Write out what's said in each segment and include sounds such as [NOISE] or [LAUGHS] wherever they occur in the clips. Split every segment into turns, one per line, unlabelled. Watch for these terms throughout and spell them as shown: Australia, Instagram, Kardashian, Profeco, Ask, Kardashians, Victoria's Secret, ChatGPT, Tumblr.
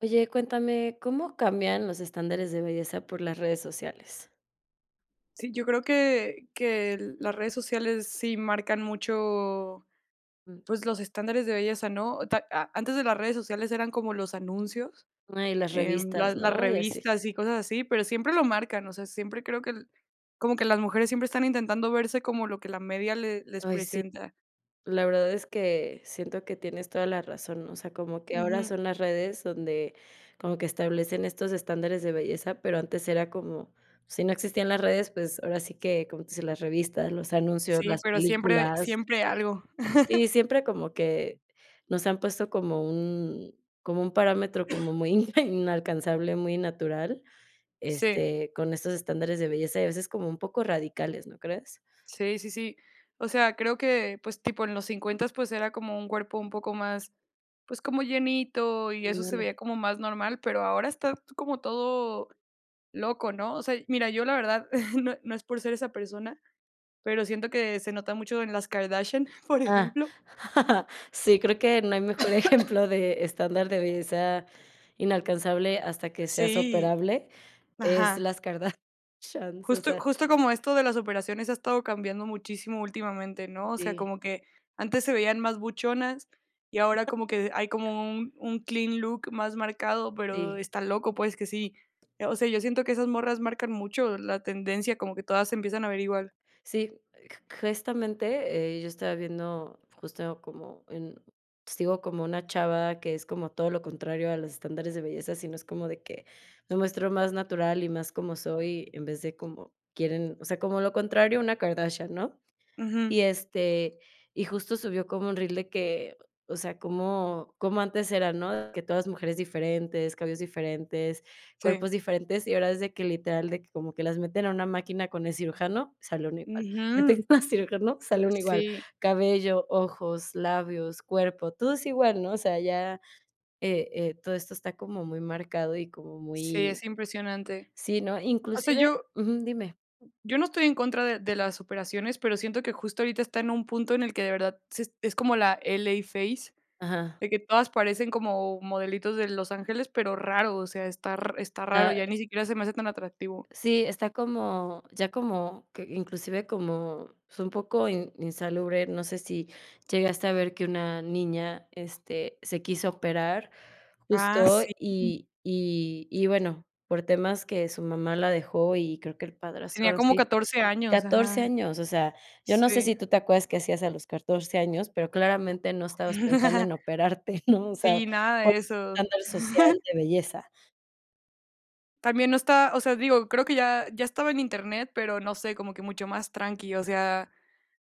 Oye, cuéntame, ¿cómo cambian los estándares de belleza por las redes sociales?
Sí, yo creo que las redes sociales sí marcan mucho,
Mm,
pues, los estándares de belleza, ¿no? Ta a antes de las redes sociales eran como los anuncios,
ah, y las revistas,
la las
¿no? Y así.
revistas y cosas así, pero siempre lo marcan, o sea, siempre creo que el como que las mujeres siempre están intentando verse como lo que la media le les
Ay, sí,
presenta.
la verdad es que siento que tienes toda la razón, ¿no? O sea, como que ahora
Ujú.
son las redes donde como que establecen estos estándares de belleza, pero antes era como, si no existían las redes, pues ahora sí que, como tú dices, las revistas, los anuncios,
Sí,
las
pero siempre
películas.
siempre algo. [LAUGHS]
Sí, siempre como que nos han puesto como un parámetro como muy [LAUGHS] inalcanzable, muy natural.
Sí.
Este, con estos estándares de belleza y a veces como un poco radicales, ¿no crees?
Sí, sí, sí. O sea, creo que, pues, tipo, en los 50, pues, era como un cuerpo un poco más, pues, como llenito, y eso se
Ándale.
veía como más normal, pero ahora está como todo loco, ¿no? O sea, mira, yo la verdad, [LAUGHS] no es por ser esa persona, pero siento que se nota mucho en las Kardashian, [LAUGHS] por
Ah,
ejemplo.
[LAUGHS] sí, creo que no hay mejor [LAUGHS] ejemplo de estándar de belleza inalcanzable hasta que seas
Sí.
operable, es
Ajá.
las Kardashians, o
Justo
sea,
justo como esto de las operaciones ha estado cambiando muchísimo últimamente, ¿no? O sea,
Sí.
como que antes se veían más buchonas y ahora como que hay como un clean look más marcado, pero
sí.
está loco, pues, que sí. O sea, yo siento que esas morras marcan mucho la tendencia, como que todas se empiezan a ver igual.
Sí, justamente yo estaba viendo justo como en, sigo como una chava que es como todo lo contrario a los estándares de belleza, sino es como de que me muestro más natural y más como soy en vez de como quieren, o sea, como lo contrario a una Kardashian, ¿no?
Ujú,
Y, y justo subió como un reel de que, o sea, cómo antes era, ¿no? Que todas mujeres diferentes, cabellos diferentes,
sí.
cuerpos diferentes, y ahora es de que literal, de que como que las meten a una máquina con el cirujano, sale uno igual. [LAUGHS]
Ujú.
Meten con al cirujano, sale uno igual.
Sí,
Cabello, ojos, labios, cuerpo, todo es igual, ¿no? O sea, ya, todo esto está como muy marcado y como
sí,
muy
es impresionante.
sí, ¿no?
O sea,
Inclusive
yo
ujú, dime.
yo no estoy en contra de las operaciones, pero siento que justo ahorita está en un punto en el que de verdad se es como la LA face.
Ajá.
De que todas parecen como modelitos de Los Ángeles, pero raro, o sea, está raro,
Ah,
ya ni siquiera se me hace tan atractivo.
sí, está como, ya como, que inclusive como, es un poco in insalubre, no sé si llegaste a ver que una niña, se quiso operar
Ah,
justo
sí,
y bueno, por temas que su mamá la dejó y creo que el padrastro,
tenía
algo
como
así.
14 años,
14
ajá,
años, o sea, yo no sé
sí.
si tú te acuerdas que hacías a los 14 años, pero claramente no estabas pensando
[LAUGHS]
en operarte, [LAUGHS] ¿no? O sea,
Sí, nada
por
de
un
eso.
estándar social
[LAUGHS]
de belleza.
También no está, o sea, digo, creo que ya estaba en Internet, pero no sé, como que mucho más tranqui, o sea,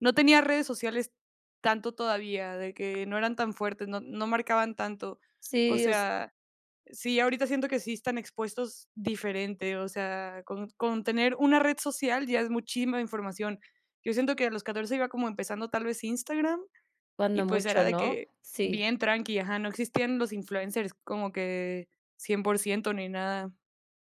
no tenía redes sociales tanto todavía, de que no eran tan fuertes, no marcaban tanto, o
Sí, o s
sea sí, ahorita siento que sí están expuestos diferente, o sea, con tener una red social ya es muchísima información. Yo siento que a los 14 iba como empezando tal vez Instagram y
cuando
pues era
mucho,
de
¿no?
que
Sí.
bien tranqui, ajá, no existían los influencers como que 100% ni nada.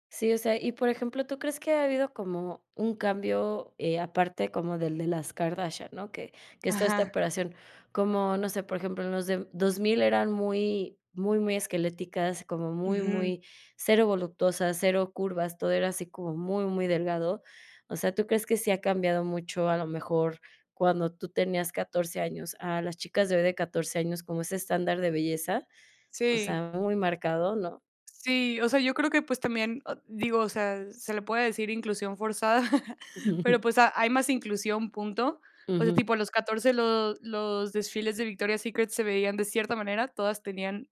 Sí, o sea, y por ejemplo, ¿tú crees que ha habido como un cambio, aparte como del de las Kardashian, ¿no? Que es toda esta
Ajá.
operación, como, no sé, por ejemplo, en los de 2000 eran muy, muy, muy esqueléticas, como muy,
Ujú,
muy cero voluptuosas, cero curvas, todo era así como muy, muy delgado. O sea, ¿tú crees que sí ha cambiado mucho, a lo mejor, cuando tú tenías 14 años, a las chicas de hoy de 14 años, como ese estándar de belleza? O
sí.
sea, muy marcado, ¿no?
Sí, o sea, yo creo que, pues, también, digo, o sea, se le puede decir inclusión forzada, [LAUGHS] pero, pues,
[LAUGHS]
ha hay más inclusión, punto. O sea,
Ujú,
tipo, a los 14 lo los desfiles de Victoria's Secret se veían de cierta manera, todas tenían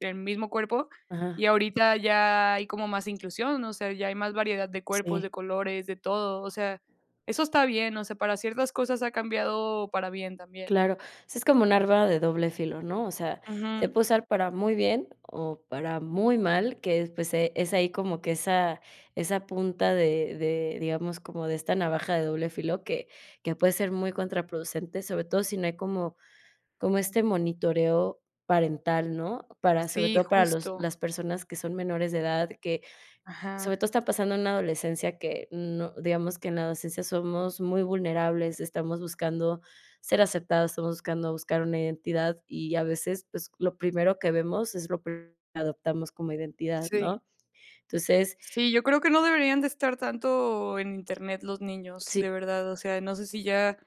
el mismo cuerpo, y
ajá,
ahorita ya hay como más inclusión, ¿no? O sea, ya hay más variedad de cuerpos, de
sí.
colores, de todo, o sea, eso está bien, o sea, para ciertas cosas ha cambiado para bien también.
Claro, sí es como un arma de doble filo, ¿no? O sea, se
Ujú.
puede usar para muy bien o para muy mal, que es, pues es ahí como que esa esa punta de, digamos, como de esta navaja de doble filo que puede ser muy contraproducente, sobre todo si no hay como como este monitoreo parental, ¿no? Para sobre
Sí,
todo para los
justo.
las personas que son menores de edad, que sobre
Ajá,
todo está pasando en la adolescencia que no digamos que en la adolescencia somos muy vulnerables, estamos buscando ser aceptados, estamos buscando buscar una identidad y a veces, pues, lo primero que vemos es lo primero que adoptamos como identidad,
sí.
¿no? Entonces,
Sí, yo creo que no deberían de estar tanto en Internet los niños,
sí,
de verdad, o sea, no sé si ya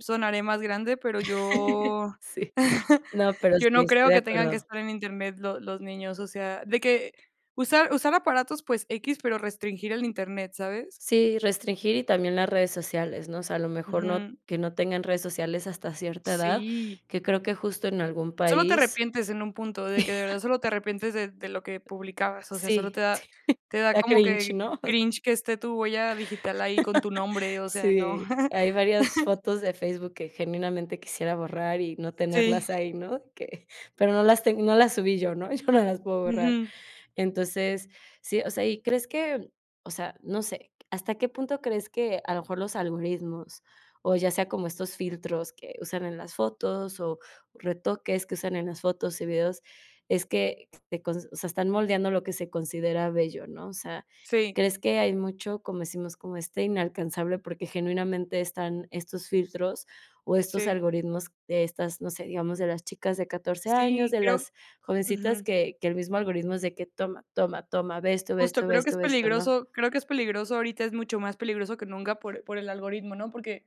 sonaré más grande, pero
[LAUGHS]
yo
sí.
[LAUGHS]
No, pero
yo
sí,
no
estoy
creo
de
que tengan que
acuerdo.
estar en Internet lo los niños, o sea, de que usar aparatos, pues, x, pero restringir el Internet, ¿sabes?
Sí, restringir y también las redes sociales, ¿no? O sea, a lo mejor no
Ujú.
que no tengan redes sociales hasta cierta edad,
Sí,
que creo que justo en algún
solo te
país
arrepientes en un punto, de que de verdad solo te arrepientes de lo que publicabas, o sea, solo
sí,
te da
da
como
cringe,
que
¿no?
cringe que esté tu huella digital ahí con tu nombre, o sea, no.
Sí,
[LAUGHS]
hay varias fotos de Facebook que genuinamente quisiera borrar y no
Sí.
tenerlas ahí, ¿no? Que pero no las subí yo, ¿no? [LAUGHS] Yo no las puedo borrar.
Ujú.
Entonces, sí, o sea, ¿y crees que, o sea, no sé, hasta qué punto crees que a lo mejor los algoritmos, o ya sea como estos filtros que usan en las fotos, o retoques que usan en las fotos y videos, es que te cons- o sea, están moldeando lo que se considera bello, ¿no? O sea,
Sí,
¿crees que hay mucho, como decimos, como este inalcanzable, porque genuinamente están estos filtros o estos
sí.
algoritmos de estas, no sé, digamos, de las chicas de 14 años,
Sí,
de
creo
las jovencitas
Ujú.
que el mismo algoritmo es de que toma, toma, toma, ve esto, ve
Justo,
esto, ve
creo que
esto,
es
ve esto, ¿no?
peligroso creo que es peligroso ahorita, es mucho más peligroso que nunca por el algoritmo, ¿no? Porque,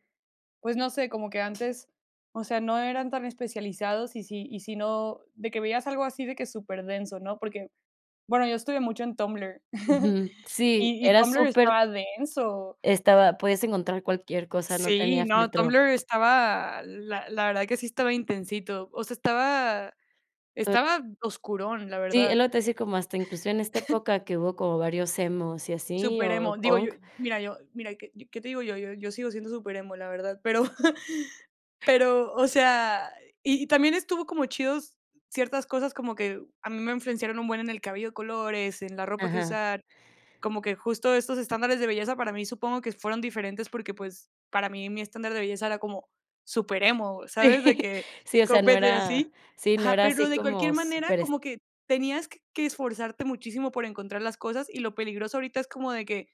pues, no sé, como que antes, o sea, no eran tan especializados y si no de que veías algo así de que súper denso, ¿no? Porque, bueno, yo estuve mucho en Tumblr [LAUGHS]
Ujú. Sí,
y
era
Tumblr
súper
estaba denso.
estaba podías encontrar cualquier cosa, no
Sí,
tenía
no,
filtro.
Tumblr estaba la verdad que sí estaba intensito, o sea,
So
estaba oscurón, la
sí, es
verdad.
lo que te decía, como hasta incluso en esta época que hubo como varios emos y así,
Súper emo.
o
Digo,
punk.
yo mira, ¿qué qué te digo yo? Yo sigo siendo súper emo, la verdad, pero [LAUGHS] pero, o sea, y también estuvo como chidos ciertas cosas como que a mí me influenciaron un buen en el cabello de colores, en la ropa que
Ajá.
usar. Como que justo estos estándares de belleza para mí supongo que fueron diferentes porque, pues, para mí mi estándar de belleza era como súper emo,
Sí,
¿sabes? De
[LAUGHS]
que
sí, o sea,
con
no
vete
era
así.
sí, no
Ajá,
era
pero
así
de cualquier
como
manera
súper es
como que tenías que esforzarte muchísimo por encontrar las cosas, y lo peligroso ahorita es como de que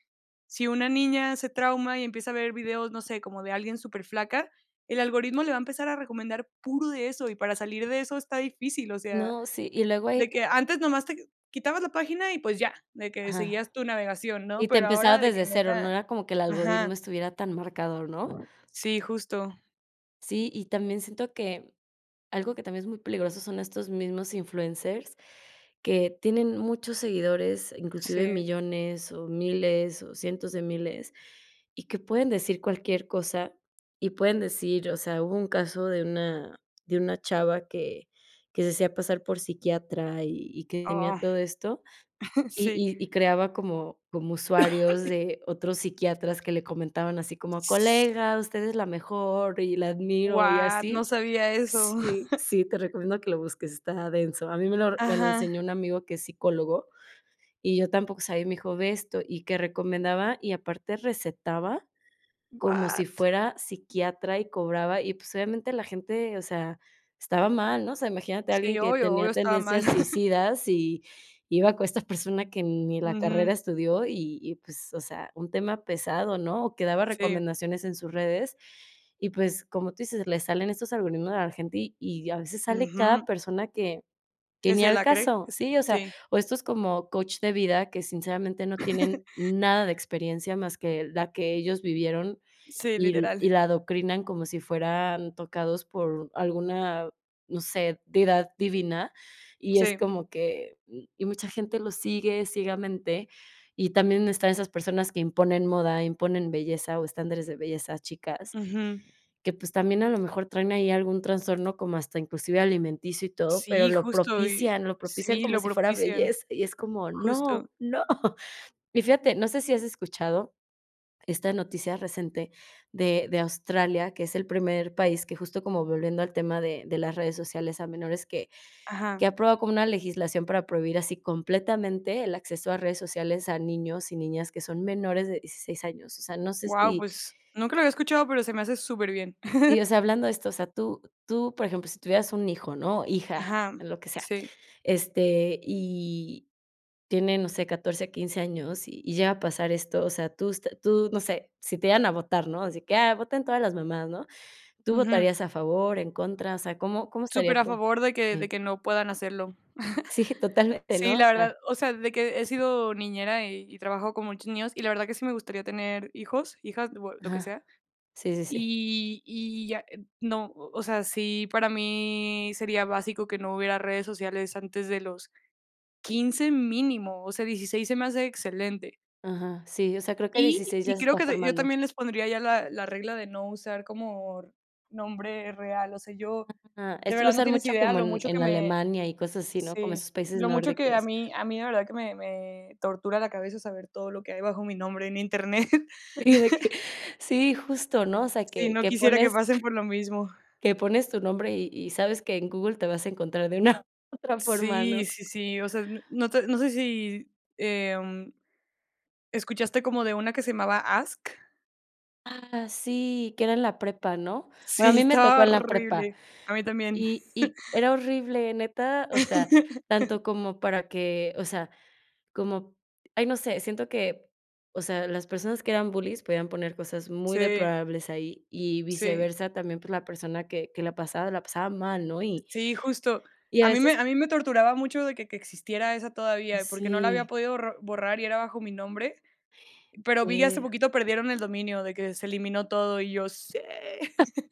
si una niña se trauma y empieza a ver videos, no sé, como de alguien súper flaca el algoritmo le va a empezar a recomendar puro de eso, y para salir de eso está difícil, o sea
no, sí, y luego
de
ahí
que antes nomás te quitabas la página y, pues, ya, de que
ajá.
seguías tu navegación, ¿no?
Y te
Pero
empezaba
ahora de que
desde cero, no
neta
era como que el
ajá,
algoritmo estuviera tan marcador, ¿no?
sí, justo,
Sí, y también siento que algo que también es muy peligroso son estos mismos influencers que tienen muchos seguidores, inclusive
sí,
millones o miles o cientos de miles, y que pueden decir cualquier cosa y pueden decir, o sea, hubo un caso de una chava que se hacía pasar por psiquiatra y que tenía
oh,
todo esto,
[LAUGHS]
y
sí.
y y creaba como como usuarios de otros psiquiatras que le comentaban así como: "Colega, usted es la mejor y la admiro", y
What, no
así.
sabía eso. [LAUGHS]
Sí, sí, te recomiendo que lo busques, está denso. A mí me lo
Ajá,
enseñó un amigo que es psicólogo, y yo tampoco sabía, y me dijo: "Ve esto", y que recomendaba, y aparte recetaba como si
what.
fuera psiquiatra y cobraba, y pues obviamente la gente, o sea, estaba mal, ¿no? O sea, imagínate a
Sí,
alguien que
obvio, obvio
tenía
estaba mal.
tendencias
[LAUGHS]
suicidas y iba con esta persona que ni la carrera
Ujú,
estudió y pues, o sea, un tema pesado, ¿no? O que daba
sí,
recomendaciones en sus redes y pues, como tú dices, le salen estos algoritmos a la gente y a veces sale
ujú,
cada persona que
que
ni
se
al
la cree,
caso,
que se
sí, o sea,
sí,
o estos como coach de vida que sinceramente no tienen
[LAUGHS]
nada de experiencia más que la que ellos vivieron
sí,
y
literal,
y la adoctrinan como si fueran tocados por alguna, no sé, deidad divina, y es
sí,
como que y mucha gente lo sigue ciegamente, y también están esas personas que imponen moda, imponen belleza o estándares de belleza a chicas,
ujú.
que, pues, también a lo mejor traen ahí algún trastorno como hasta inclusive alimenticio y todo, pero
Sí, justo, y
lo propician
sí,
como
lo
si fuera
propician,
belleza, y es como,
justo,
no, no. [LAUGHS] Y fíjate, no sé si has escuchado esta noticia reciente de Australia, que es el primer país que justo como volviendo al tema de las redes sociales a menores, que
ajá.
aprueba como una legislación para prohibir así completamente el acceso a redes sociales a niños y niñas que son menores de 16 años. O sea, no sé
Wow,
si
pues, nunca lo había escuchado, pero se me hace súper bien.
y o
[LAUGHS]
sea, hablando de esto, o sea, tú, por ejemplo, si tuvieras un hijo, ¿no? Hija,
Ajá,
lo que sea,
sí,
y tiene, no sé, 14 15 años y llega a pasar esto, o sea, tú, no sé, si te llegan a votar, ¿no? Así que: "Ah, voten todas las mamás", ¿no? ¿Tú
ujú.
votarías a favor, en contra? O sea, ¿cómo cómo
Súper
estaría
a
co?
favor de
Sí.
que no puedan hacerlo.
Sí, [LAUGHS] totalmente,
Sí,
¿no? O
la
sea,
verdad, o sea, de que he sido niñera y trabajo con muchos niños, y la verdad que sí me gustaría tener hijos, hijas, o lo que
ajá.
sea,
Sí, sí, sí.
y ya, no, o sea, sí, para mí sería básico que no hubiera redes sociales antes de los 15 mínimo, o sea, 16 se me hace excelente.
Ajá, sí, o sea, creo que 16 ya
Y
se
creo
está
que de yo
formando.
también les pondría ya la regla de no usar como nombre real, o sea, yo
Ajá,
de
esto lo
verdad no
usan
tienes
mucho
idea
como
lo mucho que
en
me
Alemania y cosas así, ¿no? Como
sí,
esos países
lo mucho que
nórdicos. [LAUGHS]
a mí de verdad que me me tortura la cabeza saber todo lo que hay bajo mi nombre en Internet.
Y de
[LAUGHS]
que sí, justo, ¿no? O sea,
Sí, no quisiera que pasen por lo mismo.
que pones tu nombre y sabes que en Google te vas a encontrar de una [LAUGHS] u otra forma,
Sí,
¿no?
sí, sí, o sea, n no te no sé si, em, escuchaste como de una que se llamaba Ask.
Ah, sí, que era en la prepa, ¿no? Bueno, a
Sí,
mí me
estaba
tocó en la prepa.
horrible. A mí también.
Y era horrible, neta, o sea,
[LAUGHS]
tanto como para que, o sea, como, ay, no sé, siento que, o sea, las personas que eran bullies podían poner cosas muy
Sí,
deplorables ahí, y
sí.
viceversa también, pues, la persona que la pasaba mal, ¿no?
Sí, justo.
Y a veces
A mí me torturaba mucho de que existiera esa todavía, porque no la había
sí,
podido borrar y era bajo mi nombre, pero vi que hace
okey.
poquito perdieron el dominio, de que se eliminó todo y yo, sí. [LAUGHS]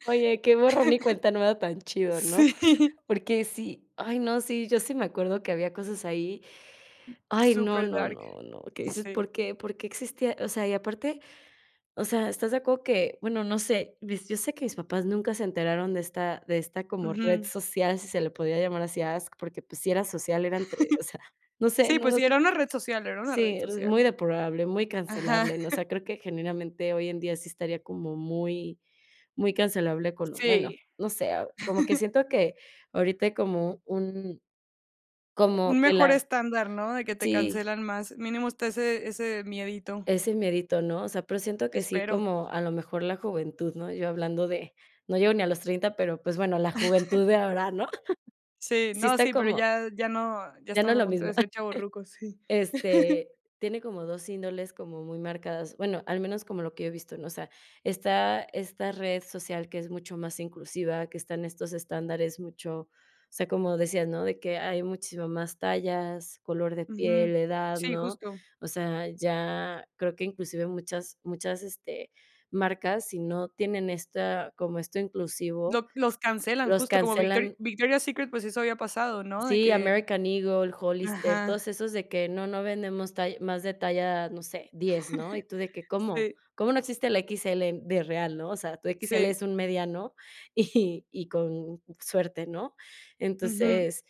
Oye, qué borrón y cuenta nueva tan chido, ¿no?
Sí,
Porque sí, ay, no, sí, yo sí me acuerdo que había cosas ahí, ay, no,
super
no,
dark,
no, no, que dices:
sí.
"¿Por qué? ¿Por qué existía?". O sea, y aparte. O sea, ¿estás de acuerdo que? Bueno, no sé, mis yo sé que mis papás nunca se enteraron de esta como red
Ujú.
social, si se le podía llamar así Ask, porque, pues, si era social, era entre o sea, no sé,
Sí,
no
pues
lo
sí,
sé.
era una red social, era una red
Sí, es
social.
muy depurable, muy
Ajá,
cancelable, ¿no? O sea, creo que genuinamente hoy en día sí estaría como muy muy cancelable con lo bueno,
sí,
no sé, como que siento que ahorita hay como un
un
como que
mejor
la
estándar, ¿no? De que te
sí.
cancelan más, mínimo está ese miedito,
Ese miedito, ¿no? O sea, pero siento que sí,
espero.
como a lo mejor la juventud, ¿no? Yo hablando de no llego ni a los 30, pero, pues, bueno, la juventud de ahora, ¿no? [LAUGHS]
Sí,
Sí
no,
está
sí, pero
como
ya ya no, ya
ya no
estamos
es
a
lo
punto de
mismo.
ser chavorrucos, sí.
Este, tiene como 2 índoles como muy marcadas, bueno, al menos como lo que yo he visto, ¿no? O sea, está esta red social que es mucho más inclusiva, que están estos estándares mucho, o sea, como decías, ¿no? De que hay muchísimas más tallas, color de
Ujú.
piel, edad,
Sí,
¿no?
justo.
O sea, ya creo que inclusive muchas, marcas, si no tienen esta como esto inclusivo,
Lo Los cancelan
los
justo como
cancelan.
Victoria's Secret, pues eso había pasado, ¿no? De
Sí,
que
American Eagle, Hollister,
ajá.
todos esos de que no, no vendemos tall más de talla, no sé, 10, ¿no? Y tú de que, ¿cómo?
Sí,
¿Cómo no existe la XL de real, no? O sea, tu XL
sí.
es un mediano [LAUGHS] y con suerte, ¿no?
Ujú.
Entonces,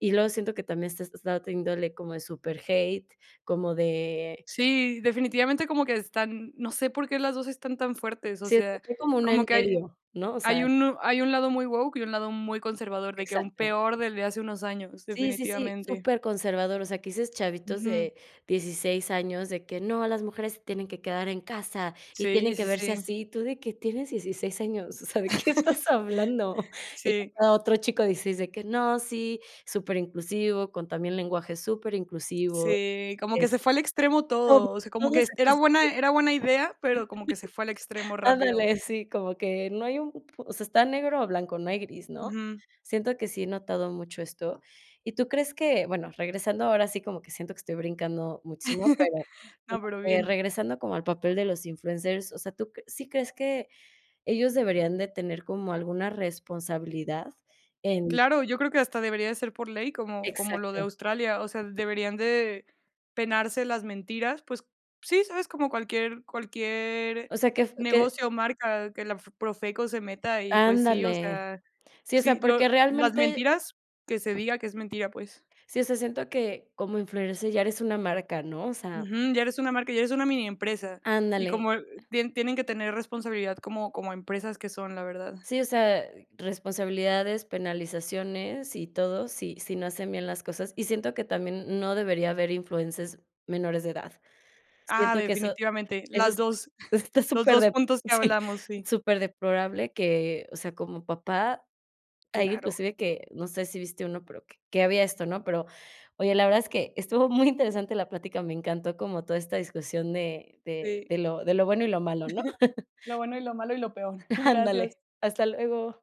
y luego siento que también está esta índole como de super hate, como de
Sí, definitivamente como que están no sé por qué las 2 están tan fuertes, o
sí, o sea,
sea,
no hay como un en
como que hay
medio, ¿no? O sea,
hay un lado muy woke y un lado muy conservador, de que aún
exacto.
peor del de hace unos años,
Sí, sí, sí,
definitivamente.
súper conservador. O sea, que dices chavitos
Ujú.
de 16 años de que: "No, las mujeres se tienen que quedar en casa y
Sí,
tienen que
sí,
verse
sí.
así", tú de que tienes 16 años, o sea, ¿de qué estás hablando? [LAUGHS] Y
Sí,
luego otro chico de 16 de que: "No, sí, súper inclusivo, con también lenguaje superinclusivo",
sí, como que
es
se fue al extremo
todo,
todo, o sea, como
todo.
que era buena idea, pero como que se fue al extremo rápido.
Ándale, sí, como que no hay un pu o sea, está negro o blanco, no hay gris, ¿no?
Ujú.
Siento que sí he notado mucho esto. ¿Y tú crees que? Bueno, regresando ahora sí como que siento que estoy brincando muchísimo,
[LAUGHS]
pero
No,
como
pero
que
bien.
regresando como al papel de los influencers, o sea, ¿tú cre sí crees que ellos deberían de tener como alguna responsabilidad en
Claro, yo creo que hasta debería de ser por ley, como como lo de
exacto.
Australia, o sea, deberían de penarse las mentiras, pues sí, ¿sabes? Como cualquier
O sea, que
negocio o marca que la F Profeco se meta y, pues sí, o
ándale.
sea,
Sí, o sea,
sí, lo
porque
las
realmente
mentiras, que se diga que es mentira, pues.
sí, o sea, siento que como influencer ya eres una marca, ¿no? O sea,
Ujú, ya eres una marca, ya eres una mini empresa, y
ándale.
como tienen que tener responsabilidad como como empresas que son, la verdad.
Sí, o sea, responsabilidades, penalizaciones y todo, si no hacen bien las cosas. Y siento que también no debería haber influencers menores de edad.
Ah,
Siento que eso
definitivamente,
eso
las
es
2,
[LAUGHS]
[LAUGHS]
está
los
súper
2
de
puntos
[LAUGHS]
que
sí,
hablamos, sí.
súper deplorable que, o sea, como papá, ahí
Claro,
inclusive que, no sé si viste uno, pero que había esto, ¿no? Pero, oye, la verdad es que estuvo muy interesante la plática, me encantó como toda esta discusión de de
sí,
de lo de lo bueno y lo malo, ¿no?
lo bueno y lo malo y lo peor. [LAUGHS]
[LAUGHS]
Gracias.
Ándale, hasta luego.